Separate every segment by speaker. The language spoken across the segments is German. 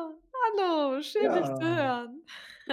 Speaker 1: Hallo, schön dich zu
Speaker 2: Ja,
Speaker 1: hören.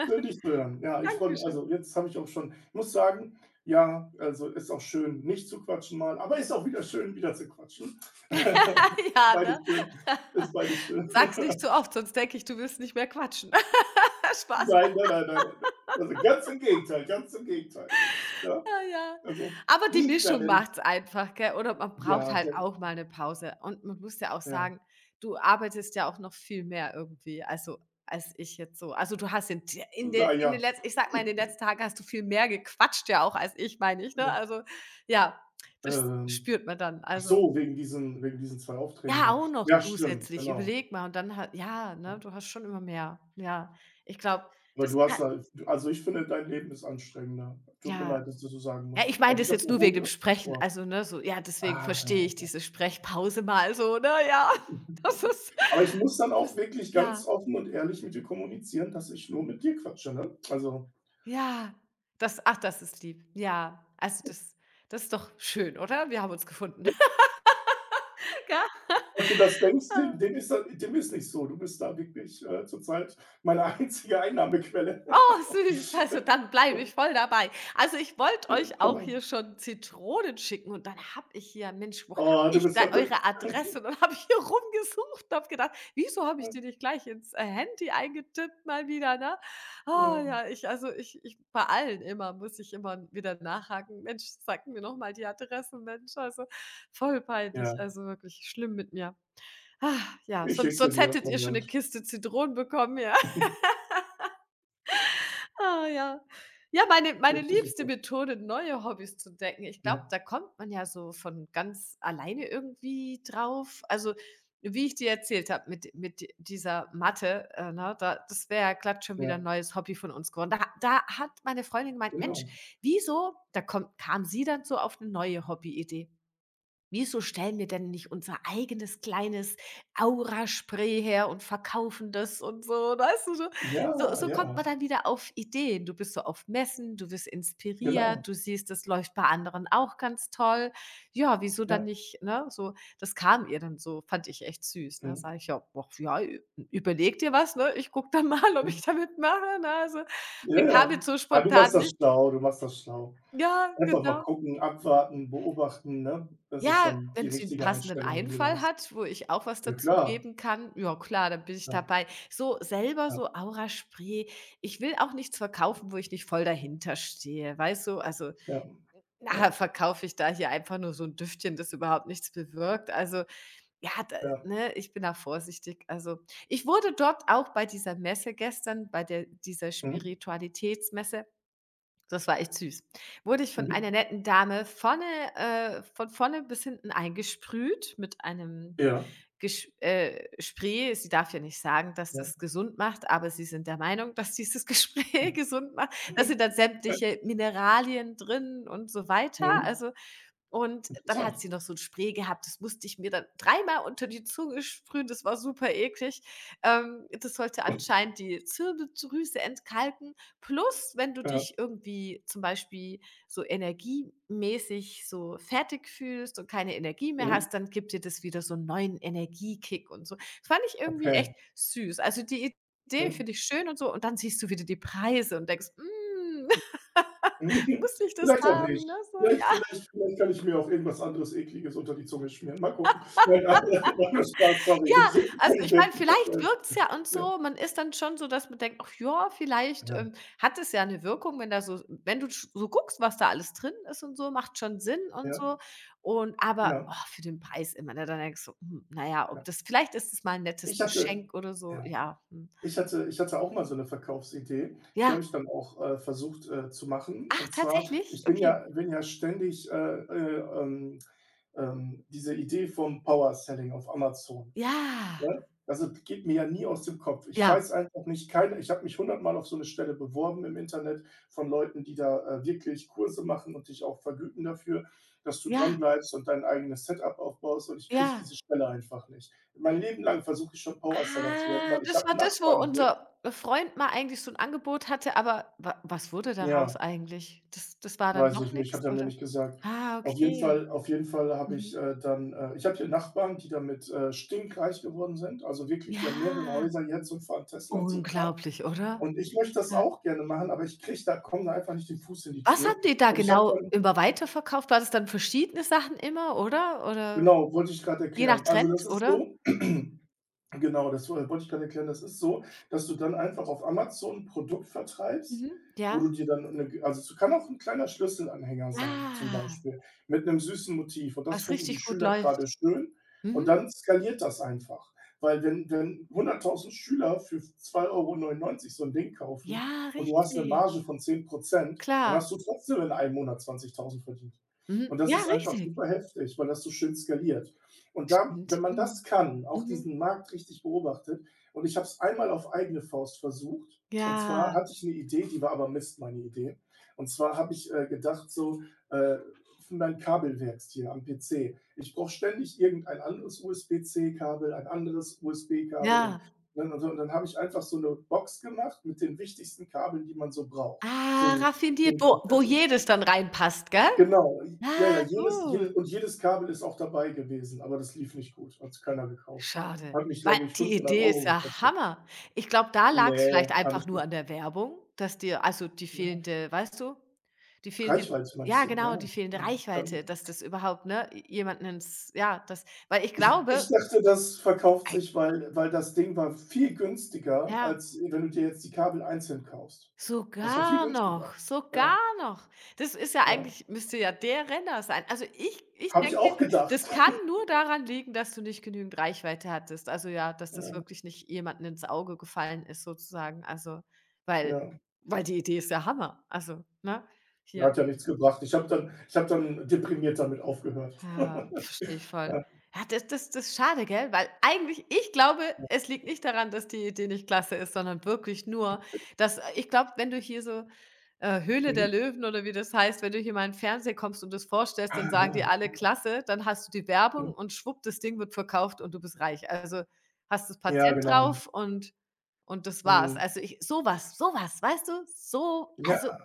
Speaker 2: schön, dich zu hören. Ja, ich freue mich.
Speaker 1: Dankeschön.
Speaker 2: Also, jetzt habe ich auch schon, ich muss sagen, ja, also, ist auch schön, nicht zu quatschen mal, aber ist auch wieder schön, wieder zu quatschen.
Speaker 1: Ja, ne?
Speaker 2: Beides schön, ist beides schön.
Speaker 1: Sag's nicht zu oft, sonst denke ich, du willst nicht mehr quatschen. Spaß.
Speaker 2: Nein, nein, nein, nein, nein, also, ganz im Gegenteil, ganz im Gegenteil. Ja,
Speaker 1: Ah, ja.
Speaker 2: also,
Speaker 1: Aber die
Speaker 2: nie wieder
Speaker 1: Mischung
Speaker 2: werde ich
Speaker 1: macht's einfach, gell? Oder man braucht
Speaker 2: ja,
Speaker 1: halt
Speaker 2: der
Speaker 1: auch mal eine Pause. Und man muss ja auch
Speaker 2: ja.
Speaker 1: sagen, du arbeitest ja auch noch viel mehr irgendwie, also, als ich jetzt so. Also, du hast in in de
Speaker 2: Na
Speaker 1: in
Speaker 2: ja,
Speaker 1: den letzten, ich sag mal, in den letzten Tagen hast du viel mehr gequatscht ja auch als ich, meine ich, ne? Also, ja, das
Speaker 2: ähm,
Speaker 1: spürt man dann.
Speaker 2: ach
Speaker 1: Also.
Speaker 2: so, wegen diesen 2 Aufträgen
Speaker 1: Ja,
Speaker 2: da.
Speaker 1: auch noch
Speaker 2: Ja, stimmt,
Speaker 1: zusätzlich,
Speaker 2: genau.
Speaker 1: überleg mal und dann halt ja, ne, du hast schon immer mehr. Ja, ich glaube,
Speaker 2: Aber
Speaker 1: das
Speaker 2: du
Speaker 1: ja,
Speaker 2: hast halt, also, ich finde, dein Leben ist anstrengender. Tut mir
Speaker 1: ja.
Speaker 2: leid, dass du so sagen
Speaker 1: Ja,
Speaker 2: musst.
Speaker 1: ich meine
Speaker 2: Also, ich
Speaker 1: das
Speaker 2: habe
Speaker 1: jetzt
Speaker 2: da
Speaker 1: nur wegen
Speaker 2: hohen
Speaker 1: dem
Speaker 2: Respekt
Speaker 1: Sprechen,
Speaker 2: vor.
Speaker 1: also, ne, so ja, deswegen
Speaker 2: Ah, ja,
Speaker 1: verstehe ich
Speaker 2: okay.
Speaker 1: diese Sprechpause mal so, ne, ja. Das ist
Speaker 2: Aber ich muss dann auch
Speaker 1: das
Speaker 2: wirklich ganz
Speaker 1: ja,
Speaker 2: offen und ehrlich mit dir kommunizieren, dass ich nur mit dir quatsche, ne? Also,
Speaker 1: ja. Das ach, das ist lieb. Ja, also, das ist doch schön, oder? Wir haben uns gefunden.
Speaker 2: falls du das denkst, dem
Speaker 1: Gell?
Speaker 2: dem ist da dem ist nicht so. Du bist da wirklich, zurzeit meine einzige Einnahmequelle.
Speaker 1: Oh, süß. Also, dann bleibe ich voll dabei. Also, ich wollte euch auch
Speaker 2: Hammer.
Speaker 1: hier schon Zitronen schicken und dann habe ich hier Mensch, wo habe
Speaker 2: Oh, du
Speaker 1: ich
Speaker 2: bist
Speaker 1: da
Speaker 2: verrückt.
Speaker 1: eure Adresse? Und dann habe ich hier rumgesucht und habe gedacht: „Wieso habe ich die nicht gleich ins, Handy eingetippt mal wieder", ne? Oh
Speaker 2: Ja,
Speaker 1: ja, ich also, ich bei allen immer muss ich immer wieder nachhaken: „Mensch, sag mir noch mal die Adresse, Mensch", also, voll peinlich,
Speaker 2: ja.
Speaker 1: also, wirklich schlimm mit mir. Ah, ja,
Speaker 2: Ich schicke
Speaker 1: sonst
Speaker 2: sie
Speaker 1: sonst
Speaker 2: dir.
Speaker 1: hättet ihr schon eine
Speaker 2: Moment.
Speaker 1: Kiste Zitronen bekommen, ja. Ah, ja. Ja, meine
Speaker 2: Das
Speaker 1: meine
Speaker 2: ist
Speaker 1: liebste
Speaker 2: super.
Speaker 1: Methode, neue Hobbys zu entdecken. Ich glaube,
Speaker 2: Ja,
Speaker 1: da kommt man ja so von ganz alleine irgendwie drauf. Also, wie ich dir erzählt habe mit dieser Mathe, ne, da das wäre ja glatt schon wieder 'n
Speaker 2: ja,
Speaker 1: neues Hobby von uns geworden. Da hat meine Freundin gemeint: „Mensch,
Speaker 2: genau.
Speaker 1: wieso" da kommt kam sie dann so auf eine neue Hobbyidee. Wieso stellen wir denn nicht unser eigenes kleines Aura-Spray her und verkaufen das und so, weißt du? So
Speaker 2: Ja,
Speaker 1: so so
Speaker 2: ja,
Speaker 1: kommt man dann wieder auf Ideen. Du bist so auf Messen, du wirst inspiriert,
Speaker 2: genau.
Speaker 1: du siehst, das läuft bei anderen auch ganz toll. Ja, wieso dann
Speaker 2: Ja,
Speaker 1: nicht, ne? So, das kam ihr dann so, fand ich echt süß, ne?
Speaker 2: mhm,
Speaker 1: Sage ich: „Ja, ach ja, ü überleg dir was, ne? Ich gucke dann mal, ob ich
Speaker 2: mhm.
Speaker 1: damit mache. Ne? Also,
Speaker 2: Ja,
Speaker 1: mir kam
Speaker 2: ja.
Speaker 1: jetzt so
Speaker 2: Ah, du
Speaker 1: spontan
Speaker 2: machst das
Speaker 1: nicht
Speaker 2: schlau, du machst das schlau.
Speaker 1: ja,
Speaker 2: Einfach mal
Speaker 1: genau.
Speaker 2: gucken, abwarten, beobachten, ne? Das ist
Speaker 1: Ja,
Speaker 2: schon die
Speaker 1: wenn sie 'n
Speaker 2: richtige
Speaker 1: passenden
Speaker 2: Einstellung, die du da
Speaker 1: Einfall
Speaker 2: hast.
Speaker 1: hat, wo ich auch was
Speaker 2: Ja
Speaker 1: dazu
Speaker 2: klar.
Speaker 1: geben kann, ja klar, dann bin ich
Speaker 2: Ja,
Speaker 1: dabei. So selber
Speaker 2: ja,
Speaker 1: so Aura-Spray ich will auch nichts verkaufen, wo ich nicht voll dahinter stehe, weißt du? Also,
Speaker 2: ja, ja,
Speaker 1: nachher verkaufe ich da hier einfach nur so 'n Düftchen, das überhaupt nichts bewirkt. Also, ja, da
Speaker 2: ja.
Speaker 1: ne, ich bin da vorsichtig. Also, ich wurde dort auch bei dieser Messe gestern, bei der dieser
Speaker 2: Mhm,
Speaker 1: Spiritualitätsmesse das war echt süß. Wurde ich von
Speaker 2: mhm.
Speaker 1: einer netten Dame vorne von vorne bis hinten eingesprüht mit einem
Speaker 2: Ja,
Speaker 1: Gesch Spray. Sie darf ja nicht sagen, dass
Speaker 2: ja.
Speaker 1: das gesund macht, aber sie sind der Meinung, dass dieses Gespräch gesund macht. Da sind
Speaker 2: Mhm.
Speaker 1: dann sämtliche Mineralien drin und so weiter.
Speaker 2: Ja, mhm,
Speaker 1: Also, und dann
Speaker 2: interessant.
Speaker 1: hat sie noch so 'n Spray gehabt, das musste ich mir dann dreimal unter die Zunge sprühen, das war super eklig. Das sollte anscheinend die Zirbeldrüse entkalken. Plus, wenn du
Speaker 2: Ja,
Speaker 1: dich irgendwie zum Beispiel so energiemäßig so fertig fühlst und keine Energie mehr
Speaker 2: mhm,
Speaker 1: hast, dann gibt dir das wieder so 'n neuen Energiekick und so. Das fand ich irgendwie echt
Speaker 2: okay.
Speaker 1: süß. Also, die Idee
Speaker 2: Mhm,
Speaker 1: finde ich schön und so und dann siehst du wieder die Preise und denkst: „Hm,
Speaker 2: mhm.
Speaker 1: muss ich das
Speaker 2: Vielleicht auch
Speaker 1: haben?" Ne,
Speaker 2: nicht.
Speaker 1: so,
Speaker 2: Vielleicht
Speaker 1: ja.
Speaker 2: kann ich mir auch irgendwas anderes Ekliges unter die Zunge schmieren. Mal gucken. Nein, nein, Spaß, sorry.
Speaker 1: Ja,
Speaker 2: Ich
Speaker 1: also ich
Speaker 2: will
Speaker 1: meine,
Speaker 2: jetzt nicht
Speaker 1: vielleicht
Speaker 2: verkleiden.
Speaker 1: wirkt's ja und
Speaker 2: Ja,
Speaker 1: so. Man ist dann schon so, dass man denkt: „Ach ja, vielleicht,
Speaker 2: ja,
Speaker 1: hat es ja 'ne Wirkung, wenn da so" wenn du sch so guckst, was da alles drin ist und so, macht schon Sinn und
Speaker 2: ja,
Speaker 1: so. Und aber,
Speaker 2: ja.
Speaker 1: oh, für den Preis immer, ne? Dann denkst du: „Hm, na ja, ob
Speaker 2: Ja.
Speaker 1: das vielleicht ist es mal 'n nettes
Speaker 2: Ich hatte
Speaker 1: Geschenk oder so,
Speaker 2: ja,
Speaker 1: ja, hm."
Speaker 2: ich hatte auch mal so eine Verkaufsidee. Die
Speaker 1: Ja.
Speaker 2: habe ich dann auch, versucht, zu machen.
Speaker 1: Ach,
Speaker 2: Und zwar,
Speaker 1: tatsächlich?
Speaker 2: ich bin
Speaker 1: Okay.
Speaker 2: ja bin ja ständig, diese Idee vom Power Selling auf Amazon.
Speaker 1: Ja,
Speaker 2: Ne? Also, geht mir ja nie aus dem Kopf. Ich
Speaker 1: ja,
Speaker 2: weiß einfach nicht keine, ich habe mich hundertmal auf so eine Stelle beworben im Internet von Leuten, die da, wirklich Kurse machen und dich auch vergüten dafür, dass du
Speaker 1: ja,
Speaker 2: dranbleibst und dein eigenes Setup aufbaust, und ich kriege
Speaker 1: ja.
Speaker 2: diese Stelle einfach nicht. Mein Leben lang versuche ich schon Powerseller zu werden,
Speaker 1: Ah,
Speaker 2: weil ich
Speaker 1: das war
Speaker 2: habe
Speaker 1: das, wo
Speaker 2: Nachbarn hier,
Speaker 1: unser Freund mal eigentlich so 'n Angebot hatte, aber wa was wurde daraus
Speaker 2: ja,
Speaker 1: eigentlich? Das war dann
Speaker 2: weiß
Speaker 1: doch
Speaker 2: ich nicht,
Speaker 1: nix,
Speaker 2: hat er mir
Speaker 1: oder?
Speaker 2: nicht gesagt.
Speaker 1: Ah,
Speaker 2: Auf jeden
Speaker 1: okay.
Speaker 2: Fall, auf jeden Fall habe
Speaker 1: Mhm.
Speaker 2: ich, dann ich habe hier Nachbarn, die damit, stinkreich geworden sind, also wirklich, die haben mehrere
Speaker 1: Ja,
Speaker 2: Häuser jetzt und fahren Tesla und so Kram.
Speaker 1: unglaublich, oder?
Speaker 2: Und ich möchte das
Speaker 1: Ja.
Speaker 2: auch gerne machen, aber ich kriege da, komme da einfach nicht den Fuß in die
Speaker 1: Was
Speaker 2: Tür.
Speaker 1: haben die da
Speaker 2: Und ich habe
Speaker 1: genau
Speaker 2: dann
Speaker 1: immer weiterverkauft? War das dann verschiedene Sachen immer, oder? Oder
Speaker 2: genau, wollte ich grad
Speaker 1: je nach
Speaker 2: erklären. Also,
Speaker 1: Trend,
Speaker 2: das ist
Speaker 1: oder?
Speaker 2: so,
Speaker 1: Mhm,
Speaker 2: genau, das wo wollte ich gerade erklären. Das ist so, dass du dann einfach auf Amazon 'n Produkt vertreibst,
Speaker 1: mhm,
Speaker 2: wo
Speaker 1: ja.
Speaker 2: du dir dann 'ne, also, es kann auch ein kleiner Schlüsselanhänger sein, zum
Speaker 1: Ah,
Speaker 2: Beispiel, mit einem süßen Motiv, und das
Speaker 1: was
Speaker 2: finden die
Speaker 1: richtig gut
Speaker 2: Schüler gerade
Speaker 1: läuft.
Speaker 2: schön und
Speaker 1: Mhm.
Speaker 2: dann skaliert das einfach. Weil, wenn 100.000 Schüler für 2,99 € so ein Ding kaufen
Speaker 1: Ja,
Speaker 2: und du hast eine
Speaker 1: richtig.
Speaker 2: Marge von 10%, dann
Speaker 1: Klar.
Speaker 2: hast du trotzdem in einem Monat 20.000 verdient.
Speaker 1: Mhm.
Speaker 2: Und das
Speaker 1: Ja,
Speaker 2: ist einfach
Speaker 1: richtig.
Speaker 2: super heftig, weil das so schön skaliert. Und da, wenn
Speaker 1: Stimmt.
Speaker 2: man das
Speaker 1: Mhm.
Speaker 2: kann, auch
Speaker 1: Mhm.
Speaker 2: diesen Markt richtig beobachtet, und ich habe es einmal auf eigene Faust versucht, und zwar
Speaker 1: Ja,
Speaker 2: hatte ich eine Idee, die war aber Mist, meine Idee. Und zwar habe ich, gedacht, so, äh, für mein Kabelwerks hier am PC, ich brauche ständig irgendein anderes USB-C-Kabel, ein anderes USB-Kabel, und,
Speaker 1: ja.
Speaker 2: ne, und, so, und dann habe ich einfach so eine Box gemacht mit den wichtigsten Kabeln, die man so braucht.
Speaker 1: Ah,
Speaker 2: So
Speaker 1: raffiniert,
Speaker 2: ein
Speaker 1: wo
Speaker 2: komplettes,
Speaker 1: jedes dann reinpasst, gell?
Speaker 2: genau, ja, ja,
Speaker 1: Ah, gut.
Speaker 2: jedes Kabel ist auch dabei gewesen, aber das lief nicht gut, hat's keiner gekauft.
Speaker 1: Schade,
Speaker 2: Hat mich,
Speaker 1: weil
Speaker 2: glaube ich,
Speaker 1: die
Speaker 2: 500
Speaker 1: Idee ist
Speaker 2: Euro
Speaker 1: ja
Speaker 2: gekostet.
Speaker 1: Hammer. Ich glaube, da lag's vielleicht
Speaker 2: Ne,
Speaker 1: einfach
Speaker 2: alles
Speaker 1: nur
Speaker 2: gut.
Speaker 1: an der Werbung, dass dir also, die
Speaker 2: Ja.
Speaker 1: fehlende weißt du, die fehlende
Speaker 2: Reichweite
Speaker 1: ja
Speaker 2: meinst du?
Speaker 1: genau,
Speaker 2: Ja,
Speaker 1: die fehlende
Speaker 2: ja,
Speaker 1: Reichweite,
Speaker 2: kann,
Speaker 1: dass das überhaupt, ne, jemanden ins ja, das weil ich
Speaker 2: ich
Speaker 1: glaube
Speaker 2: dachte, das verkauft
Speaker 1: ei
Speaker 2: sich, weil, das Ding war viel günstiger,
Speaker 1: ja.
Speaker 2: als wenn du dir jetzt die Kabel einzeln kaufst. Das war viel
Speaker 1: Sogar
Speaker 2: günstiger.
Speaker 1: noch, sogar
Speaker 2: Ja,
Speaker 1: noch. Das ist ja
Speaker 2: ja.
Speaker 1: eigentlich müsste ja der Renner sein. Also, ich
Speaker 2: Habe ich
Speaker 1: denke,
Speaker 2: auch gedacht.
Speaker 1: das kann nur daran liegen, dass du nicht genügend Reichweite hattest. Also, ja, dass das
Speaker 2: Ja,
Speaker 1: wirklich nicht jemandem ins Auge gefallen ist sozusagen. Also, weil
Speaker 2: ja.
Speaker 1: die Idee ist ja Hammer. Also, ne?
Speaker 2: Ja,
Speaker 1: Hier
Speaker 2: hat ja nichts gebracht. Ich habe dann deprimiert damit aufgehört.
Speaker 1: ja, verstehe ich voll.
Speaker 2: Ja.
Speaker 1: Ja, das ist schade, gell? Weil eigentlich ich glaube, es liegt nicht daran, dass die Idee nicht klasse ist, sondern wirklich nur, dass ich glaube, wenn du hier so Höhle
Speaker 2: Mhm.
Speaker 1: der Löwen oder wie das heißt, wenn du hier mal in den Fernseher kommst und das vorstellst, dann
Speaker 2: Ah,
Speaker 1: sagen die
Speaker 2: ja.
Speaker 1: alle: „Klasse", dann hast du die Werbung
Speaker 2: Mhm.
Speaker 1: und schwupp, das Ding wird verkauft und du bist reich. Also, hast das
Speaker 2: Ja,
Speaker 1: Patent
Speaker 2: genau.
Speaker 1: drauf und das war's.
Speaker 2: Mhm.
Speaker 1: Also, ich sowas, sowas, weißt du? So also,
Speaker 2: Ja,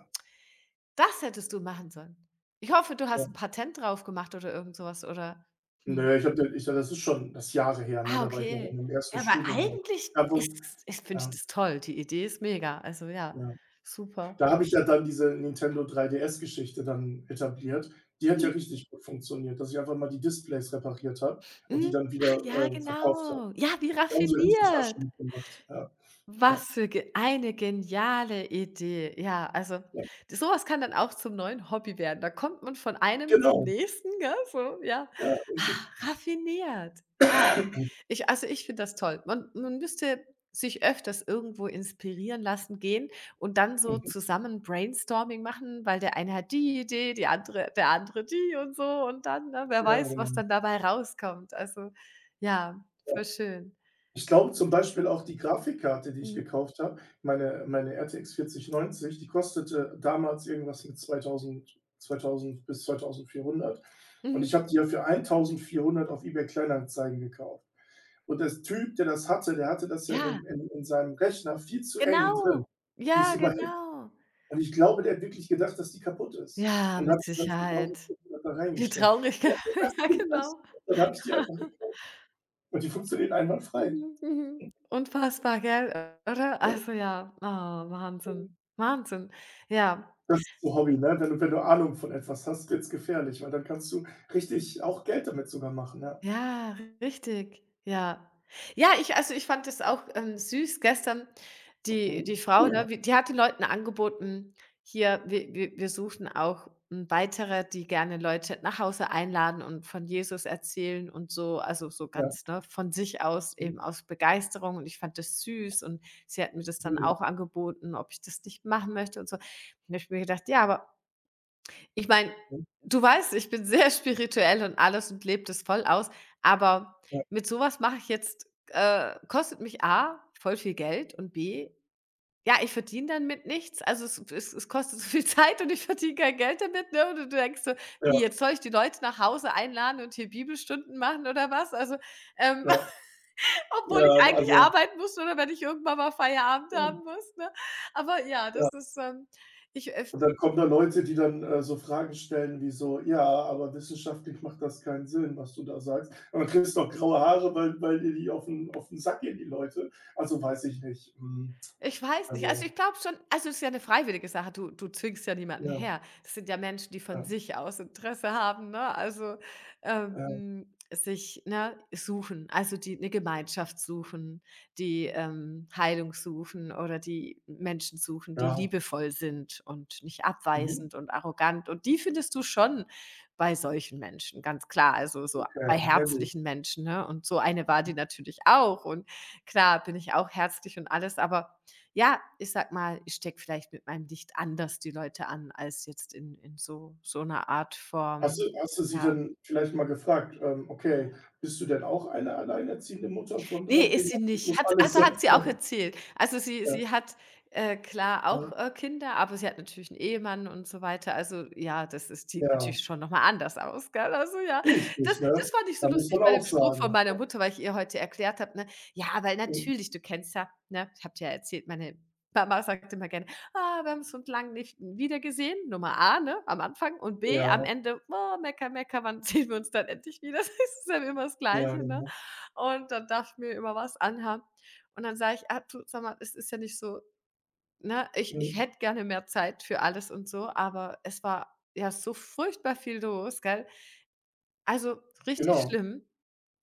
Speaker 1: das hättest du machen sollen. Ich hoffe, du hast
Speaker 2: ja.
Speaker 1: ein Patent drauf gemacht oder irgend sowas oder hm.
Speaker 2: Ne, ich habe ich, das ist schon, das ist Jahre her, ne?
Speaker 1: Ah,
Speaker 2: Da war ich noch in
Speaker 1: okay.
Speaker 2: meinem ersten
Speaker 1: Ja, weil
Speaker 2: Studiengang.
Speaker 1: eigentlich
Speaker 2: Ja, wo,
Speaker 1: ist es ich finde ich
Speaker 2: ja,
Speaker 1: das toll. Die Idee ist mega. Also, ja,
Speaker 2: ja.
Speaker 1: super.
Speaker 2: Da habe ich ja dann diese Nintendo 3DS-Geschichte dann etabliert. Die hat ja
Speaker 1: Mhm.
Speaker 2: richtig gut funktioniert, dass ich einfach mal die Displays repariert habe und die
Speaker 1: Mhm.
Speaker 2: dann
Speaker 1: Ach
Speaker 2: wieder,
Speaker 1: ja,
Speaker 2: verkauft habe.
Speaker 1: genau. Ja, wie
Speaker 2: Da haben sie richtig Asche
Speaker 1: raffiniert.
Speaker 2: mitgemacht. Ja, ja,
Speaker 1: Was für ge eine geniale Idee. Ja, also
Speaker 2: ja.
Speaker 1: d so kann dann auch zum neuen Hobby werden. Da kommt man von einem zum
Speaker 2: Genau.
Speaker 1: nächsten, gell, so, ja.
Speaker 2: Ja, richtig.
Speaker 1: Ah, raffiniert. Ja. Ich also, ich finde das toll. Man müsste sich öfters irgendwo inspirieren lassen gehen und dann so
Speaker 2: Mhm.
Speaker 1: zusammen Brainstorming machen, weil der eine hat die Idee, die andere der andere die und so und dann, ne, wer
Speaker 2: Ja,
Speaker 1: weiß,
Speaker 2: genau.
Speaker 1: was dann dabei rauskommt. Also, ja,
Speaker 2: Ja.
Speaker 1: voll schön.
Speaker 2: Ich glaube, zum
Speaker 1: Also
Speaker 2: Beispiel auch die Grafikkarte, die ich
Speaker 1: mhm.
Speaker 2: gekauft habe, meine RTX 4090, die kostete damals irgendwas mit 2000 bis 2400 und ich
Speaker 1: Mhm.
Speaker 2: habe die ja für 1400 auf eBay Kleinanzeigen gekauft. Und das Typ, der das hatte, der hatte das ja in
Speaker 1: Ja.
Speaker 2: 'nem, in seinem Rechner viel zu eng drin.
Speaker 1: Genau.
Speaker 2: Die ist
Speaker 1: Ja,
Speaker 2: überhitzt,
Speaker 1: genau.
Speaker 2: und ich glaube, der hat wirklich gedacht, dass die kaputt ist,
Speaker 1: Ja,
Speaker 2: und
Speaker 1: mit
Speaker 2: hat sie dann für
Speaker 1: Sicherheit.
Speaker 2: 1.400 da
Speaker 1: Wie
Speaker 2: reingestellt.
Speaker 1: traurig, gell?
Speaker 2: „Ja, geht das?
Speaker 1: Ja,
Speaker 2: Geht das?"
Speaker 1: genau.
Speaker 2: Dann habe ich die einfach gekauft, und die funktioniert einwandfrei.
Speaker 1: Mhm, mhm. Unfassbar, gell, oder?
Speaker 2: Ja.
Speaker 1: Also, ja, oh, Wahnsinn, Wahnsinn. Ja.
Speaker 2: Das ist so Hobby, ne? Wenn du, Ahnung von etwas hast, wird's gefährlich, weil dann kannst du richtig auch Geld damit sogar machen, ja.
Speaker 1: Ja, richtig, ja. Ja, ich also, ich fand das auch, süß gestern, die die
Speaker 2: Mhm. Oh
Speaker 1: Frau,
Speaker 2: ja,
Speaker 1: ne, w die hat den Leuten angeboten: „Hier, wir suchen auch, hm, weitere, die gerne Leute nach Hause einladen und von Jesus erzählen und so", also, so
Speaker 2: ja.
Speaker 1: ganz, ne, von sich aus,
Speaker 2: Mhm.
Speaker 1: eben aus Begeisterung und ich fand das süß und sie hat mir das dann
Speaker 2: Mhm.
Speaker 1: auch angeboten, ob ich das nicht machen möchte und so. Und da habe ich mir gedacht: „Ja, aber ich meine,
Speaker 2: Mhm.
Speaker 1: du weißt, ich bin sehr spirituell und alles und lebe das voll aus, aber
Speaker 2: Ja,
Speaker 1: mit sowas mache ich jetzt kostet mich A, voll viel Geld und B, ja, ich verdiene dann mit nichts. Also, es kostet so viel Zeit und ich verdiene kein Geld damit, ne? Und du denkst so: „Wie,
Speaker 2: ja,
Speaker 1: jetzt soll ich die Leute nach Hause einladen und hier Bibelstunden machen oder was?" Also, ähm,
Speaker 2: ja,
Speaker 1: obwohl
Speaker 2: ja,
Speaker 1: ich eigentlich
Speaker 2: also,
Speaker 1: arbeiten muss oder wenn ich irgendwann mal Feierabend
Speaker 2: mhm,
Speaker 1: haben muss, ne? Aber ja, das
Speaker 2: ja.
Speaker 1: ist, ich,
Speaker 2: Und dann kommen da Leute, die dann, so Fragen stellen wie so: „Ja, aber wissenschaftlich macht das keinen Sinn, was du da sagst." Und dann kriegst du auch graue Haare, weil, dir die auf 'n, Sack gehen, die Leute. Also, weiß ich nicht. Hm,
Speaker 1: Ich weiß nicht. Also,
Speaker 2: also,
Speaker 1: ich glaube schon also, es ist ja eine freiwillige Sache. Du zwingst ja niemanden
Speaker 2: ja,
Speaker 1: her. Das sind ja Menschen, die von
Speaker 2: ja,
Speaker 1: sich aus Interesse haben, ne? Also,
Speaker 2: ja,
Speaker 1: sich, ne, suchen, also, die eine Gemeinschaft suchen, die, Heilung suchen oder die Menschen suchen, die
Speaker 2: ja.
Speaker 1: liebevoll sind und nicht
Speaker 2: Mhm,
Speaker 1: abweisend und arrogant. Und die findest du schon bei solchen Menschen, ganz klar. Also, so
Speaker 2: okay,
Speaker 1: bei
Speaker 2: na gut.
Speaker 1: herzlichen Menschen, ne? Und so eine war die natürlich auch. Und klar bin ich auch herzlich und alles, aber ja, ich sag mal, ich stecke vielleicht mit meinem Licht anders die Leute an als jetzt in so 'ner Art Form.
Speaker 2: Hast du sie
Speaker 1: Ja.
Speaker 2: denn vielleicht mal gefragt, „Okay, bist du denn auch eine alleinerziehende Mutter von
Speaker 1: Ne,
Speaker 2: 3
Speaker 1: ist sie
Speaker 2: Kindern und
Speaker 1: nicht.
Speaker 2: musst
Speaker 1: Hat
Speaker 2: alles
Speaker 1: also, hat
Speaker 2: selbst
Speaker 1: sie auch
Speaker 2: machen?"
Speaker 1: erzählt. Also, sie
Speaker 2: Ja,
Speaker 1: sie hat, klar auch,
Speaker 2: ja,
Speaker 1: Kinder, aber sie hat natürlich 'n Ehemann und so weiter. Also, ja, das ist sieht
Speaker 2: ja.
Speaker 1: natürlich schon noch mal anders aus, gell? Also, ja, das
Speaker 2: Richtig, ne?
Speaker 1: das fand ich so
Speaker 2: Da muss
Speaker 1: lustig
Speaker 2: man
Speaker 1: bei
Speaker 2: auch
Speaker 1: dem Spruch von
Speaker 2: sagen.
Speaker 1: meiner Mutter, weil ich ihr heute erklärt habe, ne: „Ja, weil
Speaker 2: Mhm.
Speaker 1: natürlich, du kennst ja“, ne, ich habe dir ja erzählt, meine Mama sagt immer gerne: „Ah, wir haben uns lang nicht wiedergesehen.“ Nummer A, ne, am Anfang und B, am
Speaker 2: Ja,
Speaker 1: Ende: „Oh, mecker, mecker, wann sehen wir uns dann endlich wieder?“ Das ist dann immer das
Speaker 2: ja,
Speaker 1: Gleiche, ne?
Speaker 2: genau.
Speaker 1: Und dann darf ich mir immer was anhaben. Und dann sage ich: „Ah, du, sag mal, es ist ja nicht so, ne, ich
Speaker 2: Mhm.
Speaker 1: hätte gerne mehr Zeit für alles und so, aber es war ja so furchtbar viel los, gell?“ Also, richtig
Speaker 2: Genau.
Speaker 1: schlimm.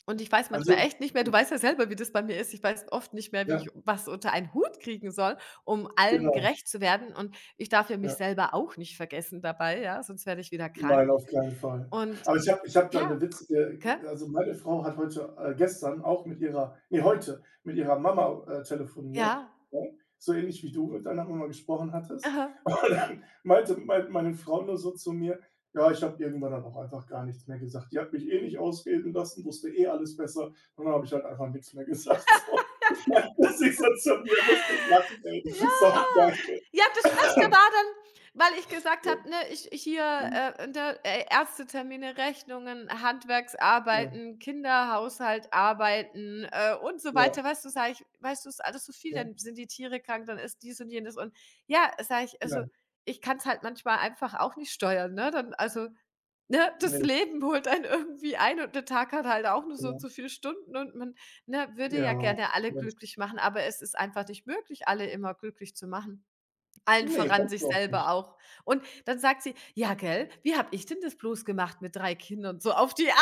Speaker 1: Und ich weiß manchmal
Speaker 2: Also,
Speaker 1: echt nicht mehr, du
Speaker 2: hm,
Speaker 1: weißt ja selber, wie das bei mir ist. Ich weiß oft nicht mehr, wie
Speaker 2: ja,
Speaker 1: ich was unter einen Hut kriegen soll, um allen
Speaker 2: genau,
Speaker 1: gerecht zu werden. Und ich darf ja
Speaker 2: ja.
Speaker 1: mich selber auch nicht vergessen dabei, ja, sonst werde ich wieder krank.
Speaker 2: Nein, auf keinen Fall.
Speaker 1: Und
Speaker 2: Aber ich habe da
Speaker 1: ja,
Speaker 2: 'ne witzige,
Speaker 1: gell?
Speaker 2: also, meine Frau hat heute, gestern auch mit ihrer, ne, heute mit ihrer Mama, telefoniert,
Speaker 1: Ja.
Speaker 2: ne? So ähnlich wie du mit deiner Mama gesprochen hattest.
Speaker 1: Aha.
Speaker 2: Und dann meinte meine Frau nur so zu mir: „Ja, ich habe irgendwann dann auch einfach gar nichts mehr gesagt. Die hat mich eh nicht ausreden lassen, wusste eh alles besser, und dann habe ich halt einfach nix mehr gesagt", so. Meinte sie so zu mir, musste ich lachen, ey. So,
Speaker 1: Ja.
Speaker 2: danke.
Speaker 1: Ja, das Beste war dann, weil ich gesagt habe, ne, ich ich hier, ne, Ä Ärztetermine, Rechnungen,
Speaker 2: Ja,
Speaker 1: Handwerksarbeiten, Kinderhaushalt, Arbeiten, und so
Speaker 2: ja,
Speaker 1: weiter. Weißt du, sage ich, weißt du, ist alles so viel,
Speaker 2: ja,
Speaker 1: dann
Speaker 2: ja,
Speaker 1: sind die Tiere krank, dann ist dies und jenes und ja, sage ich, also,
Speaker 2: ja,
Speaker 1: ich kann's halt manchmal einfach auch nicht steuern, ne? Dann also, ne, das
Speaker 2: ne,
Speaker 1: Leben holt einen irgendwie ein und der Tag hat halt auch nur so und
Speaker 2: genau.
Speaker 1: so viele Stunden und man, ne, würde
Speaker 2: Ja,
Speaker 1: ja gerne alle
Speaker 2: Mensch.
Speaker 1: glücklich machen, aber es ist einfach nicht möglich, alle immer glücklich zu machen. Allen
Speaker 2: Ne,
Speaker 1: voran
Speaker 2: kannst
Speaker 1: sich
Speaker 2: du auch nicht.
Speaker 1: selber auch. Und dann sagt sie: „Ja, gell, wie habe ich denn das bloß gemacht mit 3 Kindern?“ So auf die Art.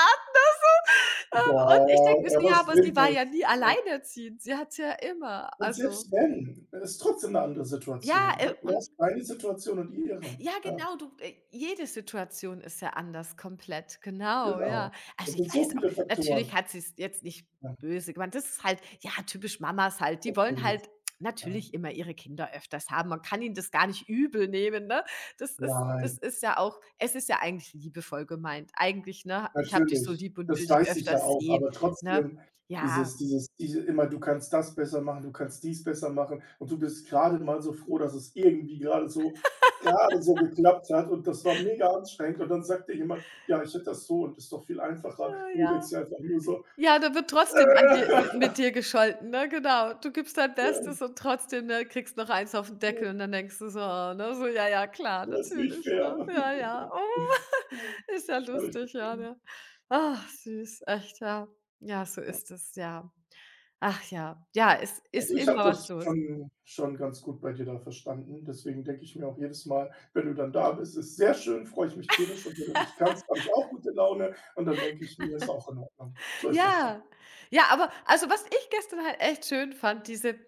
Speaker 1: Und ich
Speaker 2: Boah,
Speaker 1: denke mir so:
Speaker 2: ja,
Speaker 1: „Ja,
Speaker 2: was
Speaker 1: aber sie
Speaker 2: bringt
Speaker 1: war ja
Speaker 2: das?
Speaker 1: nie
Speaker 2: Ja.
Speaker 1: alleinerziehend. Sie hat's ja immer.“
Speaker 2: Und
Speaker 1: Also,
Speaker 2: selbst wenn, dann ist trotzdem 'ne andere
Speaker 1: ja,
Speaker 2: Situation, weil du
Speaker 1: und
Speaker 2: hast deine Situation und ihre.
Speaker 1: ja,
Speaker 2: Ja,
Speaker 1: genau, du, jede Situation ist ja anders komplett, genau,
Speaker 2: genau.
Speaker 1: ja. Also,
Speaker 2: Das
Speaker 1: ich
Speaker 2: sind
Speaker 1: weiß,
Speaker 2: so
Speaker 1: auch
Speaker 2: viele
Speaker 1: natürlich
Speaker 2: Faktoren.
Speaker 1: hat sie es jetzt nicht
Speaker 2: Ja,
Speaker 1: böse gemeint. Das ist halt, ja, typisch Mamas halt. Die
Speaker 2: ich
Speaker 1: wollen
Speaker 2: verstehe das.
Speaker 1: halt
Speaker 2: Ja.
Speaker 1: natürlich immer ihre Kinder öfters haben. Man kann ihnen das gar nicht übel nehmen, ne? Das ist das
Speaker 2: Nein.
Speaker 1: ist ja auch, es ist ja eigentlich liebevoll gemeint. Eigentlich, ne: „Ich habe dich so
Speaker 2: Natürlich,
Speaker 1: lieb und
Speaker 2: das
Speaker 1: will dich
Speaker 2: weiß ich ja
Speaker 1: öfters
Speaker 2: auch,
Speaker 1: sehen“,
Speaker 2: aber
Speaker 1: ne?
Speaker 2: trotzdem
Speaker 1: Ja,
Speaker 2: dieses, dieses diese immer: „Du kannst das besser machen, du kannst dies besser machen", und du bist grade mal so froh, dass es irgendwie grade so, geklappt hat und das war mega anstrengend, und dann sagt dir jemand: „Ja, ich hätte das so und ist doch viel einfacher", und du denkst
Speaker 1: ja.
Speaker 2: dir einfach nur so:
Speaker 1: Ja, da wird trotzdem an dir mi mit dir gescholten, ne? Genau. Du gibst dein
Speaker 2: „Ja,
Speaker 1: Bestes und trotzdem, ne, kriegst noch eins auf den
Speaker 2: ja,
Speaker 1: Deckel und dann denkst du so, oh, ne, so: „Ja, ja, klar,
Speaker 2: das ist nicht
Speaker 1: natürlich,
Speaker 2: fair."
Speaker 1: ne? Ja, ja. Oh,
Speaker 2: Mhm.
Speaker 1: ist ja
Speaker 2: Alles
Speaker 1: lustig,
Speaker 2: nicht
Speaker 1: ja,
Speaker 2: schlimm.
Speaker 1: ne?“ Ach, süß, echt, ja. Ja, so ist es, ja. Ach ja. Ja, es ist
Speaker 2: Also, ich habe
Speaker 1: immer was
Speaker 2: das
Speaker 1: los.
Speaker 2: schon ganz gut bei dir da verstanden. Deswegen denke ich mir auch jedes Mal, wenn du dann da bist: „Ist sehr schön, freue ich mich tierisch", und wenn du nicht kannst, habe ich auch gute Laune und dann denke ich mir: „Ist auch in Ordnung." So ist das dann.
Speaker 1: Ja, ja, aber also, was ich gestern halt echt schön fand, diese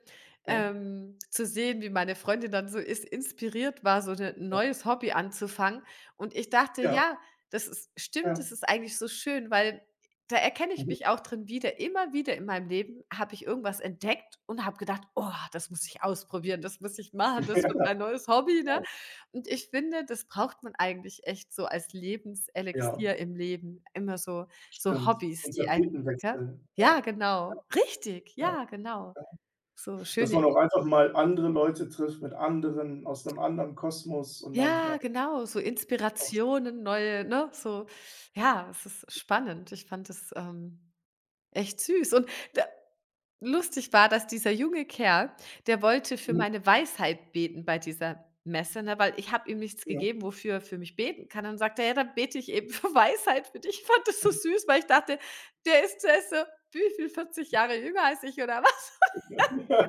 Speaker 2: Ja,
Speaker 1: zu sehen, wie meine Freundin dann so ist inspiriert war, so 'ne 'n
Speaker 2: ja,
Speaker 1: neues Hobby anzufangen. Und ich dachte:
Speaker 2: ja,
Speaker 1: „Ja, das ist, stimmt,
Speaker 2: ja.
Speaker 1: das ist eigentlich so schön“, weil da erkenne ich mich auch drin wieder. Immer wieder in meinem Leben habe ich irgendwas entdeckt und habe gedacht: „Oh, das muss ich ausprobieren, das muss ich machen,
Speaker 2: Ja,
Speaker 1: das wird mein neues Hobby“, ne?
Speaker 2: genau.
Speaker 1: Und ich finde, das braucht man eigentlich echt so als
Speaker 2: Ja,
Speaker 1: Lebenselixier im Leben, immer so, so
Speaker 2: stimmt.
Speaker 1: Hobbys,
Speaker 2: Und
Speaker 1: die einen, gell?
Speaker 2: Tapetenwechsel.
Speaker 1: Ja,
Speaker 2: Ja,
Speaker 1: genau. Richtig,
Speaker 2: ja.
Speaker 1: ja, genau. So
Speaker 2: Dass
Speaker 1: schöne,
Speaker 2: man auch einfach mal andere Leute trifft mit anderen, aus einem anderen Kosmos und dann
Speaker 1: ja,
Speaker 2: ja,
Speaker 1: genau, so
Speaker 2: auch sch,
Speaker 1: Inspirationen, neue, ne, so. Ja, es ist spannend. Ich fand es, echt süß und da lustig war, dass dieser junge Kerl, der wollte für
Speaker 2: mhm,
Speaker 1: meine Weisheit beten bei dieser Messe, ne, weil ich habe ihm nichts
Speaker 2: ja.
Speaker 1: gegeben, wofür er für mich beten kann. Dann sagt er: „Ja, dann bete ich eben für Weisheit für dich.“ Ich fand das so süß, weil ich dachte, der ist so, wie viel, 40 Jahre jünger als ich oder was?